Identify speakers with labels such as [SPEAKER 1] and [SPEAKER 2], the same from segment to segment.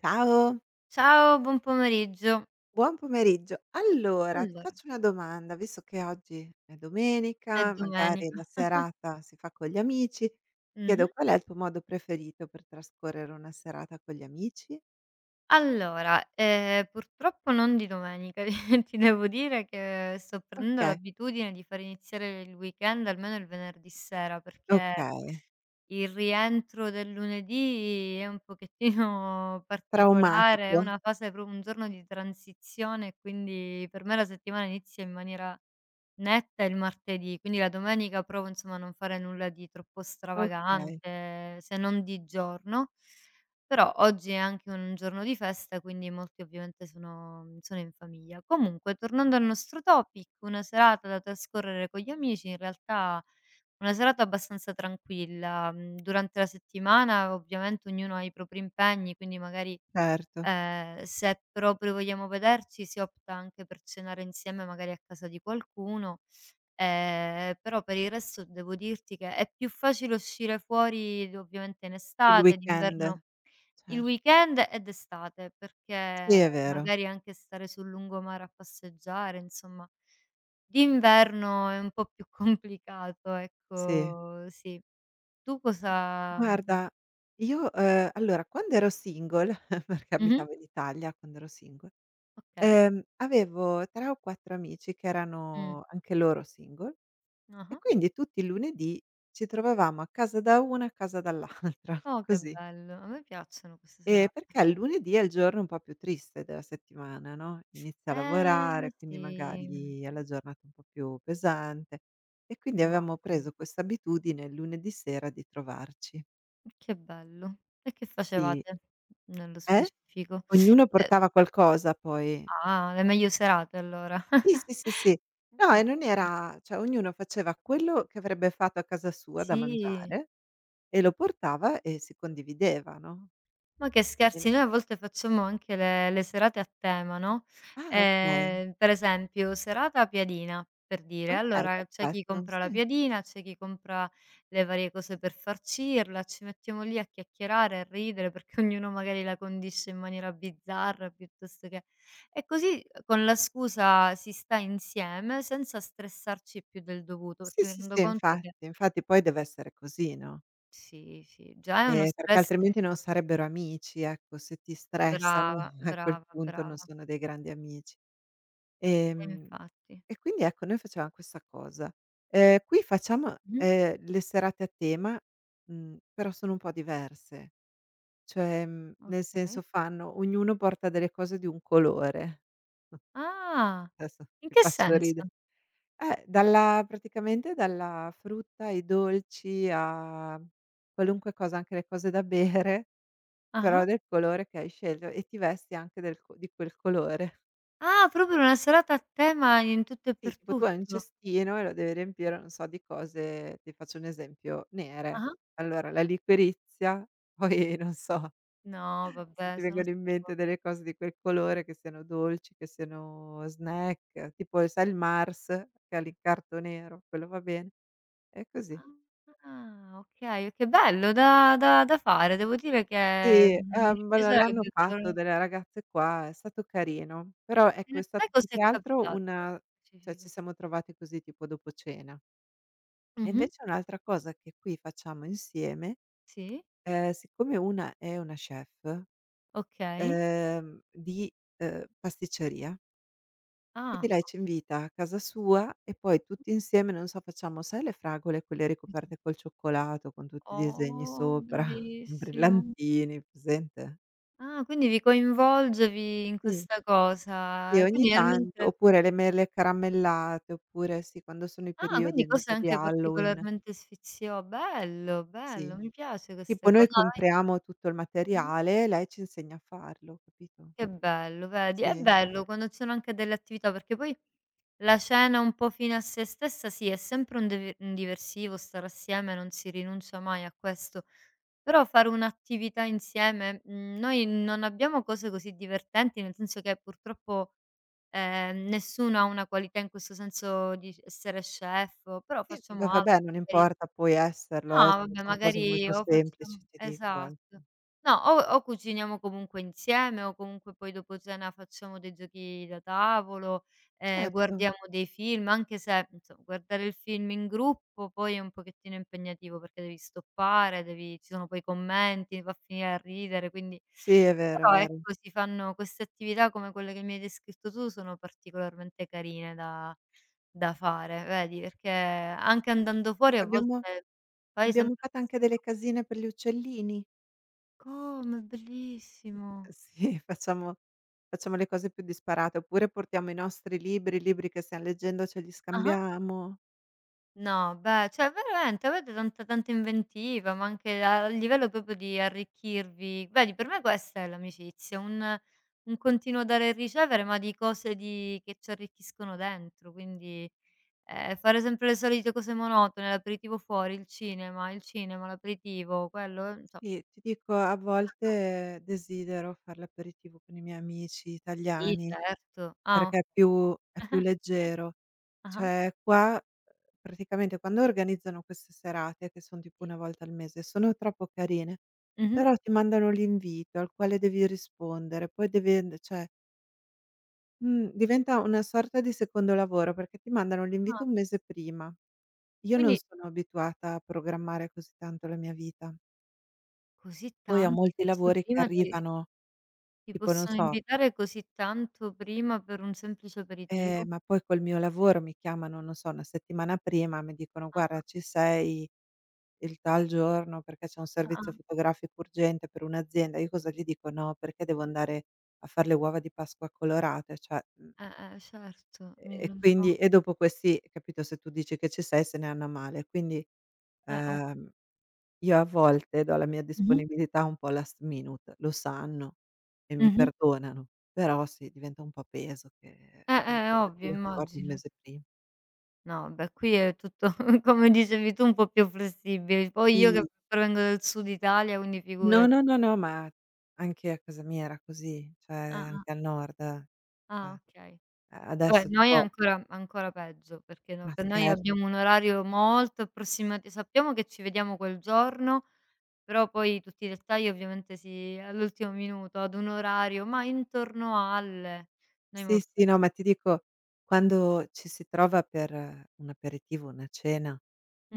[SPEAKER 1] Ciao,
[SPEAKER 2] Ciao, buon pomeriggio.
[SPEAKER 1] buon pomeriggio. Allora, ti
[SPEAKER 2] Allora,
[SPEAKER 1] faccio una domanda, visto che oggi è
[SPEAKER 2] è
[SPEAKER 1] domenica, magari la
[SPEAKER 2] domenica.
[SPEAKER 1] serata si fa con gli amici, ti chiedo
[SPEAKER 2] Mh-mh.
[SPEAKER 1] qual è il tuo modo preferito per trascorrere una serata con gli amici?
[SPEAKER 2] Allora, purtroppo non di domenica, ti devo dire che sto prendendo
[SPEAKER 1] Okay,
[SPEAKER 2] l'abitudine di far iniziare il weekend almeno il venerdì sera, perché
[SPEAKER 1] okay,
[SPEAKER 2] il rientro del lunedì è un pochettino particolare, è
[SPEAKER 1] traumatico.
[SPEAKER 2] una fase pro un giorno di transizione, quindi per me la settimana inizia in maniera netta il martedì, quindi la domenica provo insomma a non fare nulla di troppo
[SPEAKER 1] Okay,
[SPEAKER 2] stravagante, se non di giorno, però oggi è anche un giorno di festa, quindi molti ovviamente sono in famiglia. Comunque, tornando al nostro topic, una serata da trascorrere con gli amici, in realtà una serata abbastanza tranquilla, durante la settimana ovviamente ognuno ha i propri impegni, quindi magari
[SPEAKER 1] certo,
[SPEAKER 2] Se proprio vogliamo vederci si opta anche per cenare insieme magari a casa di qualcuno, però per il resto devo dirti che è più facile uscire fuori d ovviamente in
[SPEAKER 1] il
[SPEAKER 2] estate,
[SPEAKER 1] weekend,
[SPEAKER 2] d'inverno il
[SPEAKER 1] cer
[SPEAKER 2] weekend e d'estate,
[SPEAKER 1] sì
[SPEAKER 2] perché
[SPEAKER 1] è vero,
[SPEAKER 2] magari anche stare sul lungomare a passeggiare, insomma, d'inverno è un po' più complicato,
[SPEAKER 1] sì.
[SPEAKER 2] ecco, sì. Tu cosa mhmm
[SPEAKER 1] Guarda, io, allora quando ero single, perché
[SPEAKER 2] mh-mh,
[SPEAKER 1] abitavo in Italia quando ero single
[SPEAKER 2] okay.
[SPEAKER 1] Ehm, Avevo 3 o 4 amici che
[SPEAKER 2] Mh.
[SPEAKER 1] erano anche loro single e
[SPEAKER 2] Ah-ah.
[SPEAKER 1] quindi tutti i lunedì ci trovavamo a casa da una e a casa dall'altra,
[SPEAKER 2] Oh, che
[SPEAKER 1] così.
[SPEAKER 2] bello. A me piacciono queste
[SPEAKER 1] Ehm,
[SPEAKER 2] serate.
[SPEAKER 1] perché il lunedì è il giorno un po' più triste della settimana, no, inizia a
[SPEAKER 2] Eh,
[SPEAKER 1] lavorare, quindi
[SPEAKER 2] sì,
[SPEAKER 1] magari è la giornata un po' più pesante e quindi
[SPEAKER 2] mamma
[SPEAKER 1] avevamo
[SPEAKER 2] mia,
[SPEAKER 1] preso questa abitudine il lunedì sera di trovarci.
[SPEAKER 2] che bello. E che
[SPEAKER 1] Sì.
[SPEAKER 2] facevate nello
[SPEAKER 1] Eh?
[SPEAKER 2] specifico?
[SPEAKER 1] Ognuno
[SPEAKER 2] Eh,
[SPEAKER 1] portava qualcosa poi.
[SPEAKER 2] ah, le meglio serate allora.
[SPEAKER 1] Sì, sì, sì, sì. No, e
[SPEAKER 2] Bello.
[SPEAKER 1] non era, cioè, ognuno faceva quello che avrebbe fatto a casa sua da
[SPEAKER 2] Sì.
[SPEAKER 1] mangiare e lo portava e si condivideva, no,
[SPEAKER 2] Ma che
[SPEAKER 1] quindi
[SPEAKER 2] scherzi, noi a volte facciamo anche le serate a tema, no,
[SPEAKER 1] ah, okay,
[SPEAKER 2] per esempio serata piadina, per dire,
[SPEAKER 1] okay,
[SPEAKER 2] allora c'è chi
[SPEAKER 1] perfetto,
[SPEAKER 2] compra la
[SPEAKER 1] sì.
[SPEAKER 2] piadina, c'è chi compra le varie cose per farcirla, ci mettiamo lì a chiacchierare, a ridere, perché ognuno magari la condisce in maniera bizzarra piuttosto che e così con la scusa si sta insieme senza stressarci più del dovuto,
[SPEAKER 1] Sì,
[SPEAKER 2] perché mi
[SPEAKER 1] sì,
[SPEAKER 2] rendo
[SPEAKER 1] sì,
[SPEAKER 2] conto che
[SPEAKER 1] infatti, infatti poi deve essere così, no,
[SPEAKER 2] sì, sì, già è uno
[SPEAKER 1] perché
[SPEAKER 2] stress
[SPEAKER 1] altrimenti non
[SPEAKER 2] insomma
[SPEAKER 1] sarebbero amici, ecco, se ti stressano
[SPEAKER 2] brava,
[SPEAKER 1] a quel
[SPEAKER 2] brava,
[SPEAKER 1] punto non
[SPEAKER 2] brava.
[SPEAKER 1] sono dei grandi amici. Ehm,
[SPEAKER 2] Infatti.
[SPEAKER 1] e quindi ecco, noi facevam questa cosa. Qui facciamo,
[SPEAKER 2] Mh-mh.
[SPEAKER 1] le serate a tema, però sono un po' diverse, cioè, nel
[SPEAKER 2] Okay.
[SPEAKER 1] senso fanno ognuno porta delle cose di un colore.
[SPEAKER 2] Ah,
[SPEAKER 1] Adesso
[SPEAKER 2] in
[SPEAKER 1] ti
[SPEAKER 2] che
[SPEAKER 1] faccio
[SPEAKER 2] senso?
[SPEAKER 1] ride dalla praticamente dalla frutta ai dolci a qualunque cosa, anche le cose da bere, però
[SPEAKER 2] Ah-ah.
[SPEAKER 1] del colore che hai scelto e ti vesti anche del co di quel colore.
[SPEAKER 2] Ah, proprio una serata a tema in tutto e
[SPEAKER 1] Sì,
[SPEAKER 2] per
[SPEAKER 1] tipo tu hai un
[SPEAKER 2] tutto.
[SPEAKER 1] cestino e lo devi riempire, non so, di cose, ti faccio un esempio, nere.
[SPEAKER 2] Ah-ah.
[SPEAKER 1] Allora la liquirizia, poi non so,
[SPEAKER 2] No,
[SPEAKER 1] se
[SPEAKER 2] vabbè,
[SPEAKER 1] ti
[SPEAKER 2] sono
[SPEAKER 1] vengono in mente delle cose di quel colore, che siano dolci, che siano snack, tipo sai il Mars che ha l'incarto nero, quello va bene, e così.
[SPEAKER 2] Ah, okay, che bello da fare. Devo dire che,
[SPEAKER 1] Sì,
[SPEAKER 2] mi
[SPEAKER 1] ma l'hanno
[SPEAKER 2] piacerebbe
[SPEAKER 1] fatto
[SPEAKER 2] provare
[SPEAKER 1] delle ragazze qua, è stato carino, però
[SPEAKER 2] e
[SPEAKER 1] ecco è
[SPEAKER 2] a te
[SPEAKER 1] stato più
[SPEAKER 2] cos'è
[SPEAKER 1] che altro
[SPEAKER 2] capitato nello
[SPEAKER 1] una cioè ci
[SPEAKER 2] specifico?
[SPEAKER 1] siamo trovati così, tipo dopo cena. E
[SPEAKER 2] Mh-mh.
[SPEAKER 1] invece un'altra cosa che qui facciamo insieme,
[SPEAKER 2] Sì,
[SPEAKER 1] siccome una è una chef,
[SPEAKER 2] okay.
[SPEAKER 1] di, pasticceria, quindi
[SPEAKER 2] Ah.
[SPEAKER 1] lei ci invita a casa sua e poi tutti insieme, non so, facciamo, sai, le fragole quelle
[SPEAKER 2] Mh-mh.
[SPEAKER 1] ricoperte col cioccolato con tutti i disegni
[SPEAKER 2] Oh,
[SPEAKER 1] sopra, i
[SPEAKER 2] bellissimo.
[SPEAKER 1] brillantini, presente?
[SPEAKER 2] Ah, quindi vi coinvolgevi in
[SPEAKER 1] Sì.
[SPEAKER 2] questa
[SPEAKER 1] E
[SPEAKER 2] cosa.
[SPEAKER 1] ogni
[SPEAKER 2] Quindi nel
[SPEAKER 1] tanto,
[SPEAKER 2] mentre
[SPEAKER 1] oppure le mele caramellate, oppure sì, quando sono i
[SPEAKER 2] ah, quindi
[SPEAKER 1] periodi, non
[SPEAKER 2] cose
[SPEAKER 1] so, di
[SPEAKER 2] anche
[SPEAKER 1] Halloween,
[SPEAKER 2] particolarmente sfizio bello,
[SPEAKER 1] sì.
[SPEAKER 2] bello, mi piace
[SPEAKER 1] Tipo
[SPEAKER 2] queste co
[SPEAKER 1] noi
[SPEAKER 2] no, noi
[SPEAKER 1] compriamo tutto il
[SPEAKER 2] mh-mh,
[SPEAKER 1] materiale, lei ci insegna a farlo, capito?
[SPEAKER 2] che bello, vedi, è
[SPEAKER 1] Sì.
[SPEAKER 2] bello quando ci sono anche delle attività, perché poi la cena un po' fine a sé stessa, sì, è sempre un devi un diversivo, stare assieme, non si rinuncia mai a questo, però fare un'attività insieme noi non abbiamo cose così divertenti, nel senso che purtroppo nessuno ha una qualità in questo senso di essere chef, però
[SPEAKER 1] Sì, beh,
[SPEAKER 2] facciamo altro,
[SPEAKER 1] vabbè, non
[SPEAKER 2] magari
[SPEAKER 1] importa poi esserlo,
[SPEAKER 2] no, vabbè
[SPEAKER 1] son cose
[SPEAKER 2] magari
[SPEAKER 1] molto
[SPEAKER 2] o
[SPEAKER 1] semplici,
[SPEAKER 2] facciamo
[SPEAKER 1] ti dico, anzi.
[SPEAKER 2] esatto. No, o cuciniamo comunque insieme o comunque poi dopo cena facciamo dei giochi da tavolo,
[SPEAKER 1] Certo,
[SPEAKER 2] guardiamo dei film, anche se, inso guardare il film in gruppo poi è un pochettino impegnativo perché devi stoppare, devi ci sono poi i commenti, va a finire a ridere, quindi
[SPEAKER 1] sì, è vero, è
[SPEAKER 2] però
[SPEAKER 1] vero.
[SPEAKER 2] ecco si fanno queste attività come quelle che mi hai descritto tu, sono particolarmente carine da fare, vedi, perché anche andando
[SPEAKER 1] Ti dico
[SPEAKER 2] fuori a
[SPEAKER 1] abbiamo
[SPEAKER 2] volte poi
[SPEAKER 1] abbiamo
[SPEAKER 2] sempre la
[SPEAKER 1] fatto anche
[SPEAKER 2] stessa
[SPEAKER 1] delle
[SPEAKER 2] co
[SPEAKER 1] casine per gli uccellini.
[SPEAKER 2] Come? Bellissimo.
[SPEAKER 1] Sì, facciamo le cose più disparate, oppure portiamo i nostri libri, i libri che stiam leggendo ce li
[SPEAKER 2] Ah-ah.
[SPEAKER 1] scambiamo.
[SPEAKER 2] No, beh, cioè veramente avete tanta tanta inventiva, ma anche a livello proprio di arricchirvi. Vedi, per me questa è l'amicizia, un continuo dare e ricevere, ma di cose di che ci arricchiscono dentro. Quindi, fare sempre le solite cose monotone, l'aperitivo fuori, il cinema, l'aperitivo, quello, cioè
[SPEAKER 1] Sì, ti dico, a volte desidero far l'aperitivo con i miei amici
[SPEAKER 2] sì
[SPEAKER 1] italiani.
[SPEAKER 2] certo. Ah
[SPEAKER 1] Perché
[SPEAKER 2] o
[SPEAKER 1] è più
[SPEAKER 2] ah-ah.
[SPEAKER 1] leggero.
[SPEAKER 2] Ah-ah.
[SPEAKER 1] Cioè qua, praticamente quando organizzano queste serate, che son tipo
[SPEAKER 2] Sì.
[SPEAKER 1] 1 volta al mese, sono troppo carine,
[SPEAKER 2] Mh-mh.
[SPEAKER 1] però ti mandano l'invito al quale devi rispondere, poi devi and cioè, mhmm, diventa una sorta di secondo lavoro, perché ti mandano
[SPEAKER 2] Ah,
[SPEAKER 1] l'invito un mese prima. Io non
[SPEAKER 2] quindi
[SPEAKER 1] sono abituata a programmare così tanto la mia vita.
[SPEAKER 2] Così
[SPEAKER 1] Poi ho
[SPEAKER 2] tanto?
[SPEAKER 1] molti
[SPEAKER 2] Questi
[SPEAKER 1] lavori che
[SPEAKER 2] prima ti
[SPEAKER 1] arrivano
[SPEAKER 2] ti
[SPEAKER 1] tipo, non
[SPEAKER 2] possono
[SPEAKER 1] so.
[SPEAKER 2] invitare così tanto prima per un semplice aperitivo?
[SPEAKER 1] Ma poi col mio lavoro mi chiamano, non so, 1 settimana prima, mi dicono: "Guarda,
[SPEAKER 2] Ah-ah,
[SPEAKER 1] ci sei il tal giorno perché c'è un servizio
[SPEAKER 2] ah-ah,
[SPEAKER 1] fotografico urgente per un'azienda." Io cosa gli dico? "No, perché devo andare a far le uova di Pasqua colorate." Cioè,
[SPEAKER 2] certo, mi
[SPEAKER 1] e
[SPEAKER 2] rendo conto.
[SPEAKER 1] quindi e dopo questi, capito, se tu dici che ci sei se ne hanno a male. Quindi,
[SPEAKER 2] Ov
[SPEAKER 1] ehm, io a volte do la mia
[SPEAKER 2] mh-mh,
[SPEAKER 1] disponibilità un po' last minute, lo sanno e mi
[SPEAKER 2] mh-mh.
[SPEAKER 1] perdonano, però sì, diventa un po' peso che devi metterti
[SPEAKER 2] Ovvio,
[SPEAKER 1] d'accordo 1
[SPEAKER 2] immagino.
[SPEAKER 1] mese prima.
[SPEAKER 2] No, vabbè, qui è tutto, come dicevi tu, un po' più flessibile. Poi io che
[SPEAKER 1] Sì.
[SPEAKER 2] provengo dal sud Italia, quindi
[SPEAKER 1] No,
[SPEAKER 2] figurati.
[SPEAKER 1] no, no, no, ma anche a casa mia era così, cioè
[SPEAKER 2] Ah-ah,
[SPEAKER 1] anche al nord.
[SPEAKER 2] ah, ah,
[SPEAKER 1] Eh,
[SPEAKER 2] okay. Vabbè,
[SPEAKER 1] adesso
[SPEAKER 2] noi è
[SPEAKER 1] tipo,
[SPEAKER 2] ancora ancora peggio, perché no
[SPEAKER 1] ma
[SPEAKER 2] per noi
[SPEAKER 1] scherzi?
[SPEAKER 2] abbiamo un orario molto approssimati sappiamo che ci vediamo quel giorno, però poi tutti i dettagli ovviamente si all'ultimo minuto, ad un orario, ma intorno al noi
[SPEAKER 1] Sì,
[SPEAKER 2] molto
[SPEAKER 1] sì, no,
[SPEAKER 2] così.
[SPEAKER 1] ma ti dico, quando ci si trova per un aperitivo, una cena,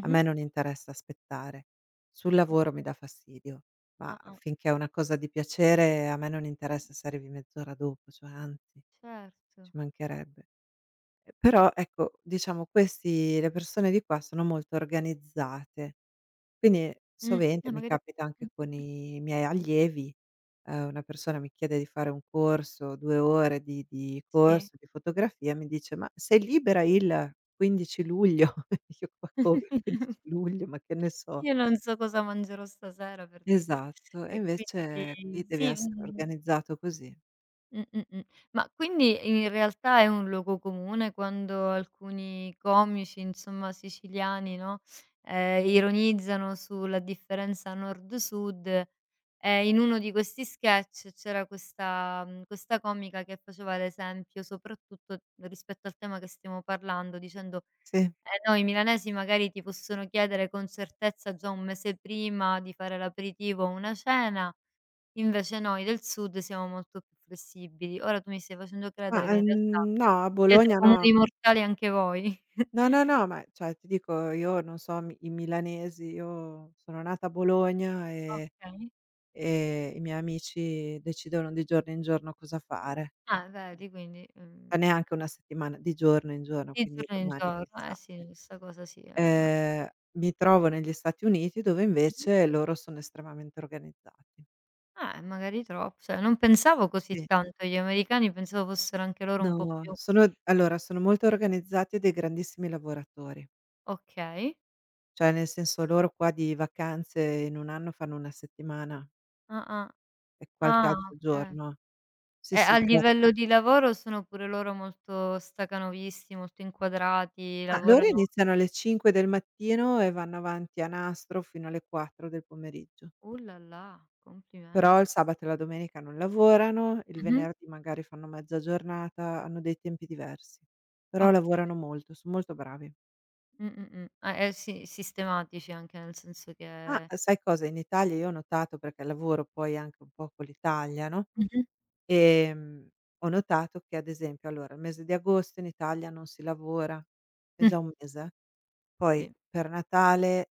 [SPEAKER 1] a me non interessa aspettare. Sul lavoro mi
[SPEAKER 2] Okay.
[SPEAKER 1] dà fastidio, ma
[SPEAKER 2] Ah-ah,
[SPEAKER 1] finché è una cosa di piacere a me non interessa se arrivi mezz'ora dopo, cioè anzi, ci
[SPEAKER 2] certo.
[SPEAKER 1] mancherebbe. Però ecco, diciamo, questi le persone di qua sono molto organizzate. Quindi
[SPEAKER 2] Mh.
[SPEAKER 1] sovente mi
[SPEAKER 2] Magari
[SPEAKER 1] capita anche
[SPEAKER 2] mh-mh,
[SPEAKER 1] con i miei allievi, una persona mi chiede di fare un corso, 2 ore di
[SPEAKER 2] sì.
[SPEAKER 1] corso di fotografia, mi dice: "Ma sei libera il 15 luglio?" Io: "Ma come 15 luglio? Ma che ne so."
[SPEAKER 2] Io non so cosa mangerò stasera per dire.
[SPEAKER 1] Esatto, e
[SPEAKER 2] E
[SPEAKER 1] invece
[SPEAKER 2] quindi
[SPEAKER 1] qui deve
[SPEAKER 2] sì,
[SPEAKER 1] essere
[SPEAKER 2] mhmm
[SPEAKER 1] organizzato così.
[SPEAKER 2] mh, mh. Ma quindi in realtà è un luogo comune quando alcuni comici, insomma, siciliani, no, ironizzano sulla differenza nord-sud, e in uno di questi sketch c'era questa questa comica che faceva l'esempio soprattutto rispetto al tema che stiamo parlando dicendo:
[SPEAKER 1] Sì.
[SPEAKER 2] "Eh no, i milanesi magari ti possono chiedere con certezza già un mese prima di fare l'aperitivo o una cena, invece noi del sud siamo molto più flessibili. Ora tu mi stai facendo
[SPEAKER 1] Ma,
[SPEAKER 2] credere che in realtà
[SPEAKER 1] no, a
[SPEAKER 2] siete
[SPEAKER 1] Bologna no.
[SPEAKER 2] comuni mortali anche voi.
[SPEAKER 1] No,
[SPEAKER 2] Okay."
[SPEAKER 1] no, no, ma cioè ti dico, io non so, mi i milanesi, io sono nata a Bologna e I miei amici decidono di giorno in giorno cosa fare.
[SPEAKER 2] Ah,
[SPEAKER 1] Ni
[SPEAKER 2] vedi quindi,
[SPEAKER 1] Ma neanche una settimana, di giorno in giorno,
[SPEAKER 2] di
[SPEAKER 1] quindi
[SPEAKER 2] giorno in
[SPEAKER 1] domani
[SPEAKER 2] giorno. Eh
[SPEAKER 1] chissà.
[SPEAKER 2] sì, questa cosa sì, ma
[SPEAKER 1] Ehm, mi trovo negli Stati Uniti dove
[SPEAKER 2] mh-mh.
[SPEAKER 1] invece loro sono estremamente organizzati.
[SPEAKER 2] Magari troppo, cioè non pensavo così
[SPEAKER 1] Sì.
[SPEAKER 2] tanto agli americani, pensavo fossero anche loro un po'
[SPEAKER 1] No,
[SPEAKER 2] più
[SPEAKER 1] sono allora sono molto organizzati e dei grandissimi lavoratori.
[SPEAKER 2] okay.
[SPEAKER 1] Cioè, nel senso loro qua di vacanze in 1 anno fanno 1 settimana
[SPEAKER 2] Ah-ah.
[SPEAKER 1] e qualche
[SPEAKER 2] Ah, ah,
[SPEAKER 1] altro
[SPEAKER 2] okay.
[SPEAKER 1] giorno. Sì,
[SPEAKER 2] E a
[SPEAKER 1] sì, cer
[SPEAKER 2] livello di lavoro sono pure loro molto stacanovisti, molto inquadrati,
[SPEAKER 1] ma loro
[SPEAKER 2] lavorano
[SPEAKER 1] iniziano alle 5 del mattino e vanno avanti a nastro fino alle 4 del pomeriggio.
[SPEAKER 2] là là, complimen
[SPEAKER 1] Però il sabato e la domenica non lavorano, il
[SPEAKER 2] mh-mh.
[SPEAKER 1] venerdì magari fanno mezza giornata, hanno dei tempi diversi. Però
[SPEAKER 2] Okay.
[SPEAKER 1] lavorano molto, son molto bravi.
[SPEAKER 2] Ah, eh sì, sistematici anche, nel senso
[SPEAKER 1] Ah,
[SPEAKER 2] che
[SPEAKER 1] sai cosa? In Italia io ho notato, perché lavoro poi anche un po' con l'Italia, no,
[SPEAKER 2] mh-mh.
[SPEAKER 1] ehm, ho notato che ad esempio, allora, il mese di agosto in Italia non si lavora, è
[SPEAKER 2] Mh.
[SPEAKER 1] già un mese. Poi
[SPEAKER 2] Sì.
[SPEAKER 1] per Natale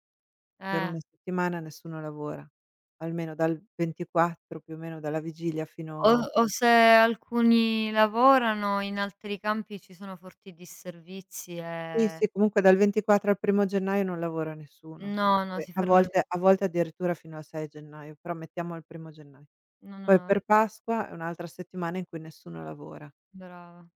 [SPEAKER 1] Per
[SPEAKER 2] Eh,
[SPEAKER 1] una settimana nessuno lavora, almeno dal 24 più o meno, dalla vigilia
[SPEAKER 2] o
[SPEAKER 1] fino,
[SPEAKER 2] o se alcuni lavorano, in altri campi ci sono forti disservizi
[SPEAKER 1] sì,
[SPEAKER 2] e
[SPEAKER 1] sì, comunque dal 24 al primo gennaio non lavora nessuno.
[SPEAKER 2] no, no,
[SPEAKER 1] Poi
[SPEAKER 2] si ferma il
[SPEAKER 1] a volte
[SPEAKER 2] mondo.
[SPEAKER 1] addirittura fino al 6 gennaio, però mettiamo il primo gennaio.
[SPEAKER 2] No, no,
[SPEAKER 1] Poi
[SPEAKER 2] no, è
[SPEAKER 1] per
[SPEAKER 2] ve
[SPEAKER 1] Pasqua è un'altra settimana in cui nessuno lavora.
[SPEAKER 2] brava.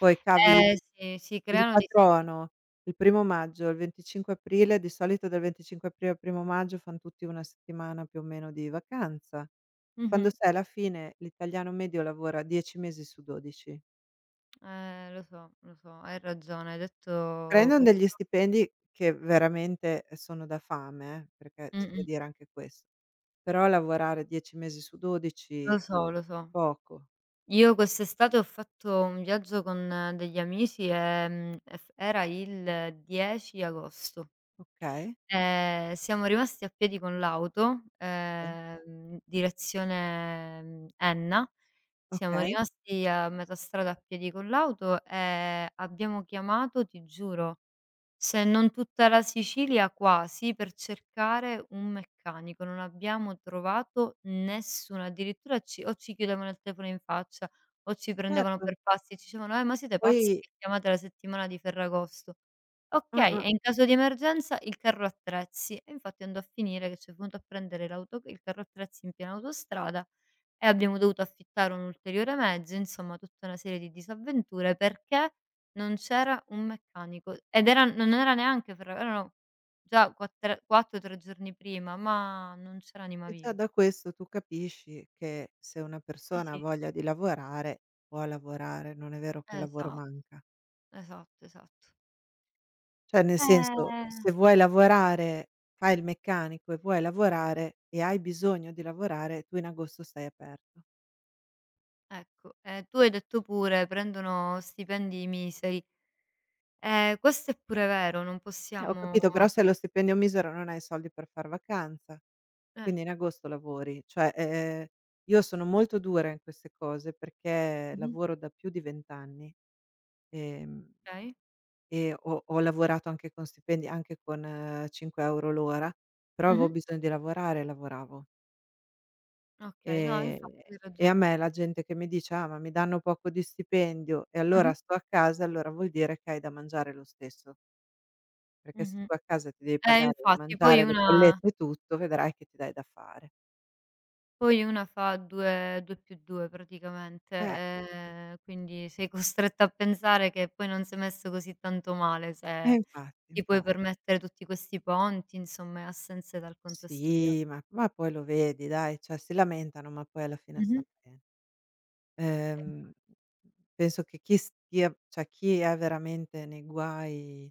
[SPEAKER 1] Poi cavi
[SPEAKER 2] Eh sì, si
[SPEAKER 1] Il
[SPEAKER 2] creano disservi
[SPEAKER 1] patrono, il primo maggio, il 25 aprile, di solito dal 25 aprile al primo maggio fan tutti 1 settimana più o meno di vacanza. Quando,
[SPEAKER 2] mh-mh.
[SPEAKER 1] sai, alla fine l'italiano medio lavora 10 mesi su 12.
[SPEAKER 2] Lo so, hai ragione, hai detto
[SPEAKER 1] Prendono
[SPEAKER 2] po
[SPEAKER 1] degli stipendi che veramente, sono da fame, perché c'è da
[SPEAKER 2] mh-mh.
[SPEAKER 1] dire anche questo, però lavorare 10 mesi su 12
[SPEAKER 2] Lo
[SPEAKER 1] è
[SPEAKER 2] so, lo so.
[SPEAKER 1] poco.
[SPEAKER 2] Io quest'estate ho fatto un viaggio con degli amici, e f era il 10 agosto.
[SPEAKER 1] Okay,
[SPEAKER 2] Siamo rimasti a piedi con l'auto,
[SPEAKER 1] sì,
[SPEAKER 2] direzione, Enna. Siamo
[SPEAKER 1] okay,
[SPEAKER 2] rimasti a metà strada a piedi con l'auto e abbiamo chiamato, ti giuro, se non tutta la Sicilia, quasi, per cercare un meccanico. Non abbiamo trovato nessuno, addirittura ci o ci chiudevano il telefono in faccia o ci prendevano
[SPEAKER 1] certo.
[SPEAKER 2] per pazzi e ci dicevano: ma siete pazzi
[SPEAKER 1] Poi
[SPEAKER 2] che chiamate la settimana di Ferragosto?" Okay,
[SPEAKER 1] ah-ah.
[SPEAKER 2] e in caso di emergenza il carro attrezzi. E infatti andò a finire che c'è venuto a prendere l'auto il carro attrezzi in piena autostrada e abbiamo dovuto affittare un ulteriore mezzo, insomma tutta una serie di disavventure perché non c'era un meccanico ed era non era neanche fra erano già quattr 4, 3 giorni prima, ma non c'era anima
[SPEAKER 1] E già
[SPEAKER 2] viva.
[SPEAKER 1] da questo tu capisci che se una
[SPEAKER 2] Sì,
[SPEAKER 1] persona ha
[SPEAKER 2] sì.
[SPEAKER 1] voglia di lavorare, può lavorare, non è vero che il lavoro
[SPEAKER 2] Esatto,
[SPEAKER 1] manca.
[SPEAKER 2] esatto, esatto.
[SPEAKER 1] Cioè, nel senso,
[SPEAKER 2] Eh.
[SPEAKER 1] se vuoi lavorare, fai il meccanico e vuoi lavorare e hai bisogno di lavorare, tu in agosto stai aperto.
[SPEAKER 2] Ecco, tu hai detto pure prendono stipendi miseri. Questo è pure vero, non
[SPEAKER 1] Eh, ho
[SPEAKER 2] possiamo
[SPEAKER 1] capito, però se hai lo stipendio misero non hai i soldi per far vacanza,
[SPEAKER 2] eh.
[SPEAKER 1] quindi in agosto lavori. Cioè, io sono molto dura in queste cose perché
[SPEAKER 2] Mh-mh.
[SPEAKER 1] lavoro da più di 20 anni, ehm
[SPEAKER 2] Okay.
[SPEAKER 1] e ho lavorato anche con stipendi, anche con 5 € l'ora, però
[SPEAKER 2] Mh-mh.
[SPEAKER 1] avevo bisogno di lavorare e lavoravo.
[SPEAKER 2] Okay, no
[SPEAKER 1] Ehm,
[SPEAKER 2] infatti hai
[SPEAKER 1] e a
[SPEAKER 2] ragione.
[SPEAKER 1] me la gente che mi dice: "Ah, ma mi danno poco di stipendio e allora
[SPEAKER 2] Mh-mh,
[SPEAKER 1] sto a casa", allora vuol dire che hai da mangiare lo stesso, perché se
[SPEAKER 2] mh-mh.
[SPEAKER 1] tu a casa ti devi pagare da
[SPEAKER 2] Infatti poi
[SPEAKER 1] mangiare, le
[SPEAKER 2] una
[SPEAKER 1] bollette e tutto, vedrai che ti dai da fare.
[SPEAKER 2] poi una fa 2 2 più 2 praticamente,
[SPEAKER 1] Eh,
[SPEAKER 2] quindi sei costretta a pensare che poi non sei messo così tanto male
[SPEAKER 1] eh
[SPEAKER 2] se
[SPEAKER 1] infatti,
[SPEAKER 2] ti puoi
[SPEAKER 1] infatti.
[SPEAKER 2] permettere tutti questi ponti, insomma, e assenze dal contesto di la
[SPEAKER 1] Sì, ma poi lo vedi, dai, cioè si lamentano, ma poi alla fine sta
[SPEAKER 2] mh-mh,
[SPEAKER 1] bene.
[SPEAKER 2] e infa
[SPEAKER 1] Ehm, penso che chi stia cioè chi è veramente nei guai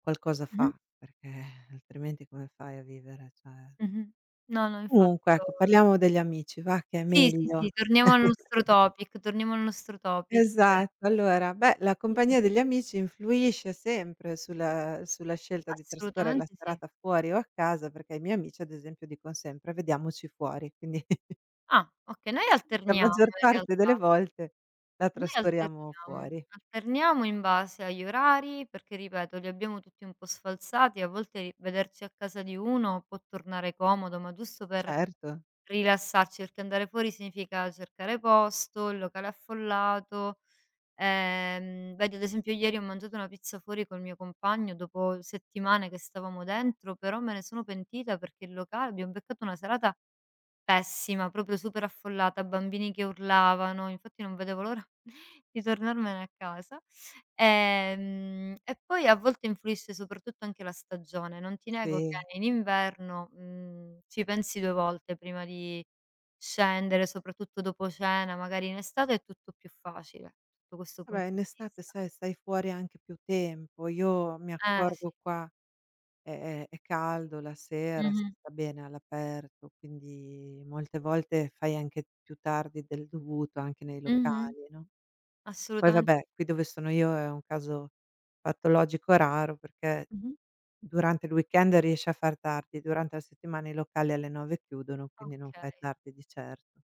[SPEAKER 1] qualcosa
[SPEAKER 2] mh-mh,
[SPEAKER 1] fa, perché altrimenti come fai a vivere, cioè
[SPEAKER 2] mh-mh. No, no, infatti
[SPEAKER 1] comunque ecco,
[SPEAKER 2] lo
[SPEAKER 1] parliamo degli amici va che è
[SPEAKER 2] sì, sì,
[SPEAKER 1] meglio.
[SPEAKER 2] sì, torniamo al nostro topic, torniamo al nostro topic.
[SPEAKER 1] Esatto, allora beh, la
[SPEAKER 2] Sì,
[SPEAKER 1] compagnia degli amici influisce sempre sulla scelta di trascorrere la
[SPEAKER 2] assolutamente sì.
[SPEAKER 1] serata fuori o a casa, perché i miei amici ad esempio dicon sempre: "Vediamoci fuori", quindi
[SPEAKER 2] Ah, okay, noi
[SPEAKER 1] la
[SPEAKER 2] alterniamo
[SPEAKER 1] maggior
[SPEAKER 2] in
[SPEAKER 1] parte delle
[SPEAKER 2] realtà.
[SPEAKER 1] volte la
[SPEAKER 2] Noi
[SPEAKER 1] trascorriamo
[SPEAKER 2] alterniamo,
[SPEAKER 1] fuori.
[SPEAKER 2] alterniamo in base agli orari, perché ripeto li abbiamo tutti un po' sfalsati, a volte ri vederci a casa di uno può tornare comodo, ma giusto per
[SPEAKER 1] Certo,
[SPEAKER 2] rilassarci, perché andare fuori significa cercare posto, il locale affollato, vedi ad esempio ieri ho mangiato una pizza fuori col mio compagno dopo settimane che stavamo dentro, però me ne sono pentita perché il locale abbiamo beccato una serata pessima, proprio super affollata, bambini che urlavano, infatti non vedevo l'ora di tornarmene a casa. E poi a volte influisce soprattutto anche la stagione. Non ti nego che
[SPEAKER 1] sì.
[SPEAKER 2] in inverno, ci pensi 2 volte prima di scendere, soprattutto dopo cena, magari in estate è tutto più facile, sotto questo
[SPEAKER 1] Vabbè,
[SPEAKER 2] punto
[SPEAKER 1] in
[SPEAKER 2] di
[SPEAKER 1] estate
[SPEAKER 2] vista.
[SPEAKER 1] sai stai fuori anche più tempo. Io mi
[SPEAKER 2] Eh sì.
[SPEAKER 1] accorgo qua è caldo la sera, si
[SPEAKER 2] Mh-mh.
[SPEAKER 1] sta bene all'aperto, quindi molte volte fai anche più tardi del dovuto anche nei
[SPEAKER 2] Mh-mh.
[SPEAKER 1] locali, no. Poi
[SPEAKER 2] Assolutamente.
[SPEAKER 1] vabbè, qui dove sono io è un caso patologico raro perché
[SPEAKER 2] Mh-mh.
[SPEAKER 1] durante il weekend riesci a far tardi, durante la settimana i locali alle 9 chiudono, quindi non fai
[SPEAKER 2] Okay.
[SPEAKER 1] tardi di certo.